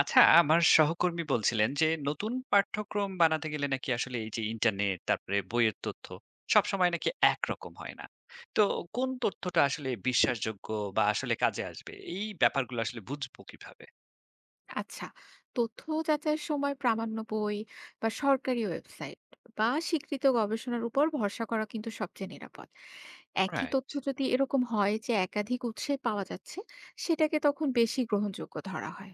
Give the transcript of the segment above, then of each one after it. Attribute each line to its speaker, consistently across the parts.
Speaker 1: আচ্ছা, আমার সহকর্মী বলছিলেন যে নতুন পাঠ্যক্রম বানাতে গেলে নাকি আসলে এই যে ইন্টারনেট তারপরে বইয়ের তথ্য সবসময় নাকি একরকম হয় না। তো কোন তথ্যটা আসলে বিশ্বাসযোগ্য বা আসলে কাজে আসবে এই ব্যাপারগুলো আসলে বুঝবো কিভাবে?
Speaker 2: আচ্ছা, তথ্য যাচাইয়ের সময় প্রামাণ্য বই বা সরকারি ওয়েবসাইট বা স্বীকৃত গবেষণার উপর ভরসা করা কিন্তু সবচেয়ে নিরাপদ। একই
Speaker 1: রাইট।
Speaker 2: তথ্য যদি এরকম হয় যে একাধিক উৎসে পাওয়া যাচ্ছে, সেটাকে তখন বেশি গ্রহণযোগ্য ধরা হয়।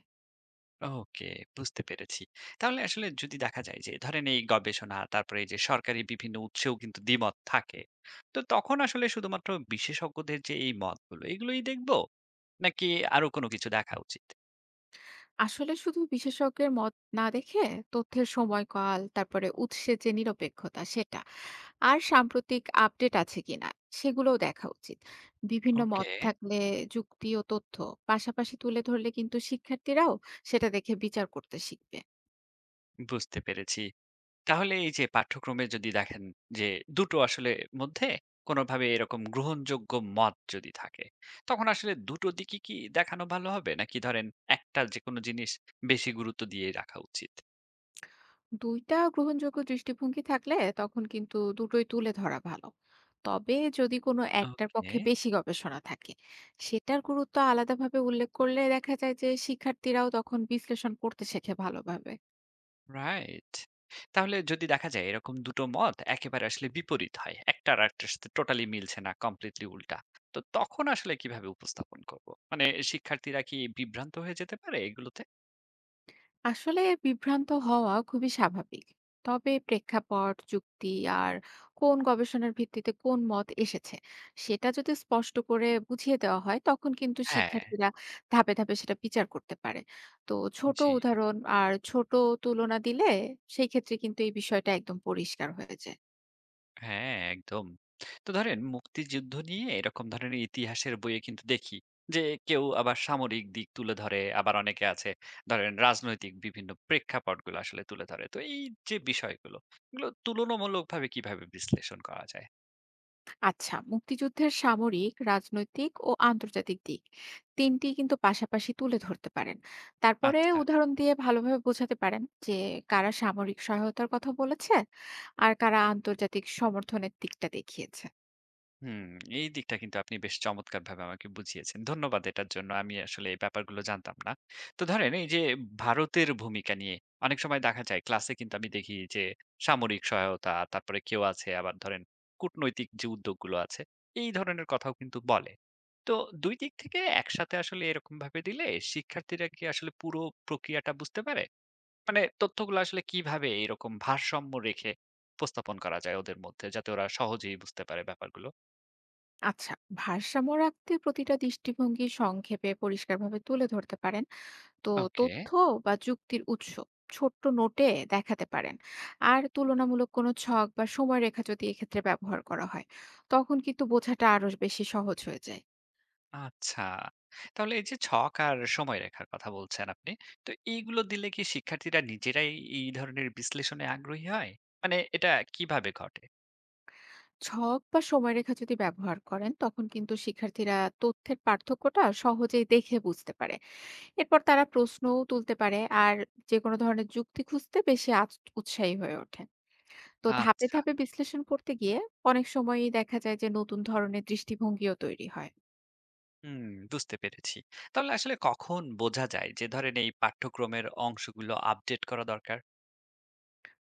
Speaker 1: ওকে, বুঝতে পেরেছি। তাহলে আসলে যদি দেখা যায় যে ধরেন এই গবেষণা তারপরে এই যে সরকারি বিভিন্ন উৎসেও কিন্তু দ্বিমত থাকে। তো তখন আসলে শুধুমাত্র বিশেষজ্ঞদের যে এই মতগুলো এগুলোই দেখবো? নাকি আরো কোনো কিছু দেখা উচিত?
Speaker 2: আসলে শুধু বিশেষজ্ঞের মত না দেখে তথ্যের সময়কাল, তারপরে উৎসের যে নিরপেক্ষতা সেটা, আর সাম্প্রতিক আপডেট আছে কিনা সেগুলোও দেখা উচিত। বিভিন্ন মত
Speaker 1: ওকে।
Speaker 2: থাকলে যুক্তি ও তথ্য পাশাপাশি তুলে ধরলে কিন্তু শিক্ষার্থীরাও সেটা দেখে বিচার করতে শিখবে।
Speaker 1: বুঝতে পেরেছি। তাহলে এই যে পাঠ্যক্রমে যদি দেখেন যে দুটো আসলে মধ্যে কোনোভাবে এরকম গ্রহণযোগ্য মত যদি থাকে, তখন আসলে দুটো দিকই কি দেখানো ভালো হবে? নাকি ধরেন একটা যেকোনো জিনিস বেশি গুরুত্ব দিয়ে রাখা উচিত?
Speaker 2: ২টা টা গ্রহণযোগ্য দৃষ্টিভঙ্গি থাকলে তখন কিন্তু দুটোই তুলে ধরা ভালো। তবে যদি কোনো একটার
Speaker 1: ওকে,
Speaker 2: পক্ষে বেশি গবেষণা থাকে, সেটার গুরুত্ব আলাদাভাবে উল্লেখ করলে দেখা যায় যে শিক্ষার্থীরাও তখন বিশ্লেষণ করতে শেখে ভালোভাবে।
Speaker 1: রাইট। তাহলে যদি দেখা যায় এরকম দুটো মত একেবারে আসলে বিপরীত হয়। একটা আরেকটার সাথে টোটালি মিলছে না, কমপ্লিটলি উল্টা। তো তখন আসলে কিভাবে উপস্থাপন করব? মানে শিক্ষার্থীরা কি বিভ্রান্ত হয়ে যেতে পারে এগুলোতে?
Speaker 2: আসলে বিভ্রান্ত হওয়া খুবই স্বাভাবিক। তবে প্রেক্ষাপট, যুক্তি আর কোন গবেষণার ভিত্তিতে কোন মত এসেছে সেটা যদি স্পষ্ট করে বুঝিয়ে দেওয়া হয়, তখন কিন্তু
Speaker 1: হ্যাঁ,
Speaker 2: শিক্ষার্থীরা ধাপে ধাপে সেটা বিচার করতে পারে। তো ছোট
Speaker 1: জি।
Speaker 2: উদাহরণ আর ছোট তুলনা দিলে সেই ক্ষেত্রে কিন্তু এই বিষয়টা একদম পরিষ্কার হয়েছে।
Speaker 1: হ্যাঁ, একদম। তো ধরেন মুক্তিযুদ্ধ নিয়ে এরকম ধরনের ইতিহাসের বইয়ে কিন্তু দেখি যে কেউ আবার সামরিক দিক তুলে ধরে, আবার অনেকে আছে ধরেন রাজনৈতিক বিভিন্ন প্রেক্ষাপটগুলো আসলে তুলে ধরে। তো এই যে বিষয়গুলো, এগুলো তুলনামূলকভাবে কিভাবে বিশ্লেষণ করা যায়?
Speaker 2: আচ্ছা, মুক্তিযুদ্ধের সামরিক, রাজনৈতিক ও আন্তর্জাতিক দিক তিনটি কিন্তু পাশাপাশি তুলে ধরতে পারেন, তারপরে
Speaker 1: আচ্ছা।
Speaker 2: উদাহরণ দিয়ে ভালোভাবে বোঝাতে পারেন যে কারা সামরিক সহায়তার কথা বলেছে আর কারা আন্তর্জাতিক সমর্থনের দিকটা দেখিয়েছে।
Speaker 1: হুম, এই দিকটা কিন্তু আপনি বেশ চমৎকারভাবে আমাকে বুঝিয়েছেন। ধন্যবাদ এটার জন্য। আমি আসলে এই ব্যাপারগুলো জানতাম না। তো ধরেন এই যে ভারতের ভূমিকা নিয়ে অনেক সময় দেখা যায় ক্লাসে কিন্তু আমি দেখি যে সামরিক সহায়তা, তারপরে কেউ আছে আবার ধরেন কূটনৈতিক যে উদ্যোগগুলো আছে, এই ধরনের কথাও কিন্তু বলে। তো ২ দিক থেকে একসাথে আসলে এরকমভাবে দিলে শিক্ষার্থীরা কি আসলে পুরো প্রক্রিয়াটা বুঝতে পারে? মানে তথ্যগুলো আসলে কিভাবে এইরকম ভারসাম্য রেখে উপস্থাপন করা যায় ওদের মধ্যে যাতে ওরা সহজেই বুঝতে পারে ব্যাপারগুলো?
Speaker 2: আচ্ছা, ভারসাম্য রাখতে প্রতিটা দৃষ্টিভঙ্গি সংক্ষেপে পরিষ্কারভাবে তুলে ধরতে পারেন। তো
Speaker 1: ওকে,
Speaker 2: তথ্য বা যুক্তির উৎস ছোট্ট নোটে দেখাতে পারেন। আর তুলনামূলক কোনো ছক বা সময়রেখা যদি এক্ষেত্রে ব্যবহার করা হয়, তখন কিন্তু বোঝাটা আরো বেশি সহজ হয়ে যায়।
Speaker 1: আচ্ছা। তাহলে এই যে ছক আর সময়রেখার কথা বলছেন আপনি। তো এইগুলো দিলে কি শিক্ষার্থীরা নিজেরাই এই ধরনের বিশ্লেষণে আগ্রহী হয়? মানে এটা কিভাবে ঘটে?
Speaker 2: ছক বা সময়রেখা যদি ব্যবহার করেন, তখন কিন্তু শিক্ষার্থীরা তথ্যের পার্থক্যটা সহজেই দেখে বুঝতে পারে। এরপর তারা প্রশ্নও তুলতে পারে আর যে কোনো ধরনের যুক্তি খুঁজতে বেশি উৎসাহী হয়ে ওঠে। তো ধাপে
Speaker 1: আচ্ছা,
Speaker 2: ধাপে বিশ্লেষণ করতে গিয়ে অনেক সময়ই দেখা যায় যে নতুন ধরনের দৃষ্টিভঙ্গিও তৈরি হয়।
Speaker 1: হুম, বুঝতে পেরেছি। তাহলে আসলে কখন বোঝা যায় যে ধরেন এই পাঠ্যক্রমের অংশগুলো আপডেট করা দরকার?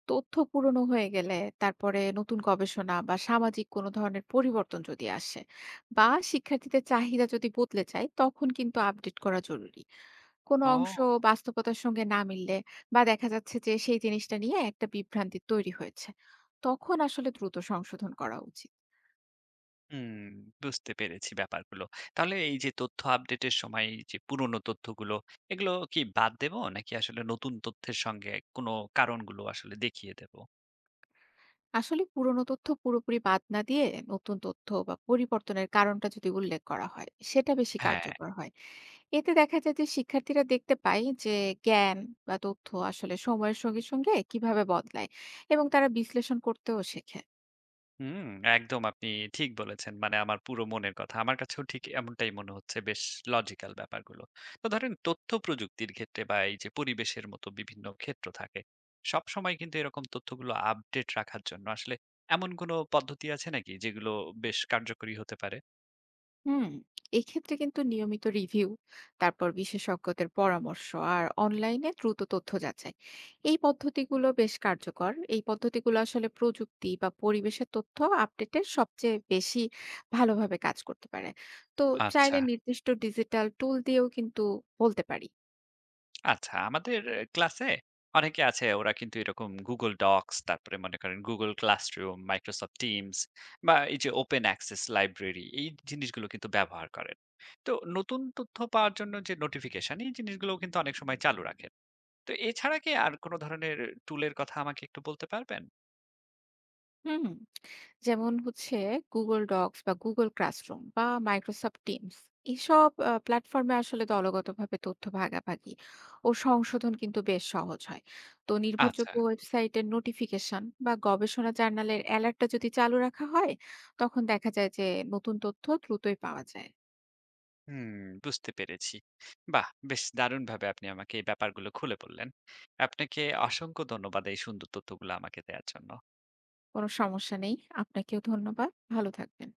Speaker 2: তথ্য পুরনো হয়ে গেলে, তারপরে নতুন গবেষণা বা সামাজিক কোনো ধরনের পরিবর্তন যদি আসে, বা শিক্ষার্থীদের চাহিদা যদি বদলে যায়, তখন কিন্তু আপডেট করা জরুরি। কোনো অংশ
Speaker 1: ও!
Speaker 2: বাস্তবতার সঙ্গে না মিললে, বা দেখা যাচ্ছে যে সেই জিনিসটা নিয়ে একটা বিভ্রান্তি তৈরি হয়েছে, তখন আসলে দ্রুত সংশোধন করা উচিত।
Speaker 1: হুম, বুঝতে পেরেছি ব্যাপারগুলো। তাহলে এই যে তথ্য আপডেটের সময় এই যে পুরনো তথ্যগুলো, এগুলো কি বাদ দেব নাকি আসলে নতুন তথ্যের সঙ্গে কোনো কারণগুলো আসলে দেখিয়ে দেব?
Speaker 2: আসলে পুরনো তথ্য পুরোপুরি বাদ না দিয়ে নতুন তথ্য বা পরিবর্তনের কারণটা যদি উল্লেখ করা হয়, সেটা বেশি
Speaker 1: হ্যাঁ,
Speaker 2: কার্যকর হয়। এতে দেখা যায় যে শিক্ষার্থীরা দেখতে পায় যে জ্ঞান বা তথ্য আসলে সময়ের সঙ্গে সঙ্গে কিভাবে বদলায়, এবং তারা বিশ্লেষণ করতেও শেখে।
Speaker 1: হুম, একদম আপনি ঠিক বলেছেন। মানে আমার পুরো মনের কথা। আমার কাছেও ঠিক এমনটাই মনে হচ্ছে বেশ লজিক্যাল ব্যাপারগুলো। তো ধরেন তথ্য প্রযুক্তির ক্ষেত্রে বা এই যে পরিবেশের মতো বিভিন্ন ক্ষেত্র থাকে। সবসময় কিন্তু এরকম তথ্যগুলো আপডেট রাখার জন্য আসলে এমন কোনো পদ্ধতি আছে নাকি যেগুলো বেশ কার্যকরী হতে পারে?
Speaker 2: হুম, এক্ষেত্রে কিন্তু নিয়মিত রিভিউ, তারপর বিশেষজ্ঞদের পরামর্শ, আর অনলাইনে দ্রুত তথ্য যাচাই, এই পদ্ধতিগুলো বেশ কার্যকর। এই পদ্ধতিগুলো আসলে প্রযুক্তি বা পরিবেশের তথ্য আপডেটের সবচেয়ে বেশি ভালোভাবে কাজ করতে পারে। তো
Speaker 1: আচ্ছা।
Speaker 2: চাইলে নির্দিষ্ট ডিজিটাল টুল দিয়েও কিন্তু বলতে পারি।
Speaker 1: আচ্ছা, আমাদের ক্লাসে অনেকে আছে ওরা কিন্তু এরকম Google Docs তারপরে মনে করেন Google Classroom, Microsoft Teams বা এই যে Open Access Library এই জিনিসগুলো কিন্তু ব্যবহার করেন। তো নতুন তথ্য পাওয়ার জন্য যে নোটিফিকেশন এই জিনিসগুলোও কিন্তু অনেক সময় চালু রাখেন। তো এছাড়া কি আর কোনো ধরনের টুলের কথা আমাকে একটু বলতে পারবেন?
Speaker 2: হুম, যেমন হচ্ছে Google Docs বা Google Classroom বা Microsoft Teams, এসব প্ল্যাটফর্মে আসলে দলগতভাবে তথ্য ভাগাভাগি ও সংশোধন কিন্তু বেশ সহজ হয়। তো
Speaker 1: আচ্ছা,
Speaker 2: নির্ভরযোগ্য ওয়েবসাইটের নোটিফিকেশন বা গবেষণা জার্নালের অ্যালার্টটা যদি চালু রাখা হয়, তখন দেখা যায় যে নতুন তথ্য দ্রুতই পাওয়া যায়।
Speaker 1: হুম, বুঝতে পেরেছি। বাহ! বেশ দারুণভাবে আপনি আমাকে এই ব্যাপারগুলো খুলে বললেন। আপনাকে অসংখ্য ধন্যবাদ এই সুন্দর তথ্যগুলো আমাকে দেয়ার জন্য।
Speaker 2: কোনো সমস্যা নেই, আপনাকেও ধন্যবাদ, ভালো থাকবেন।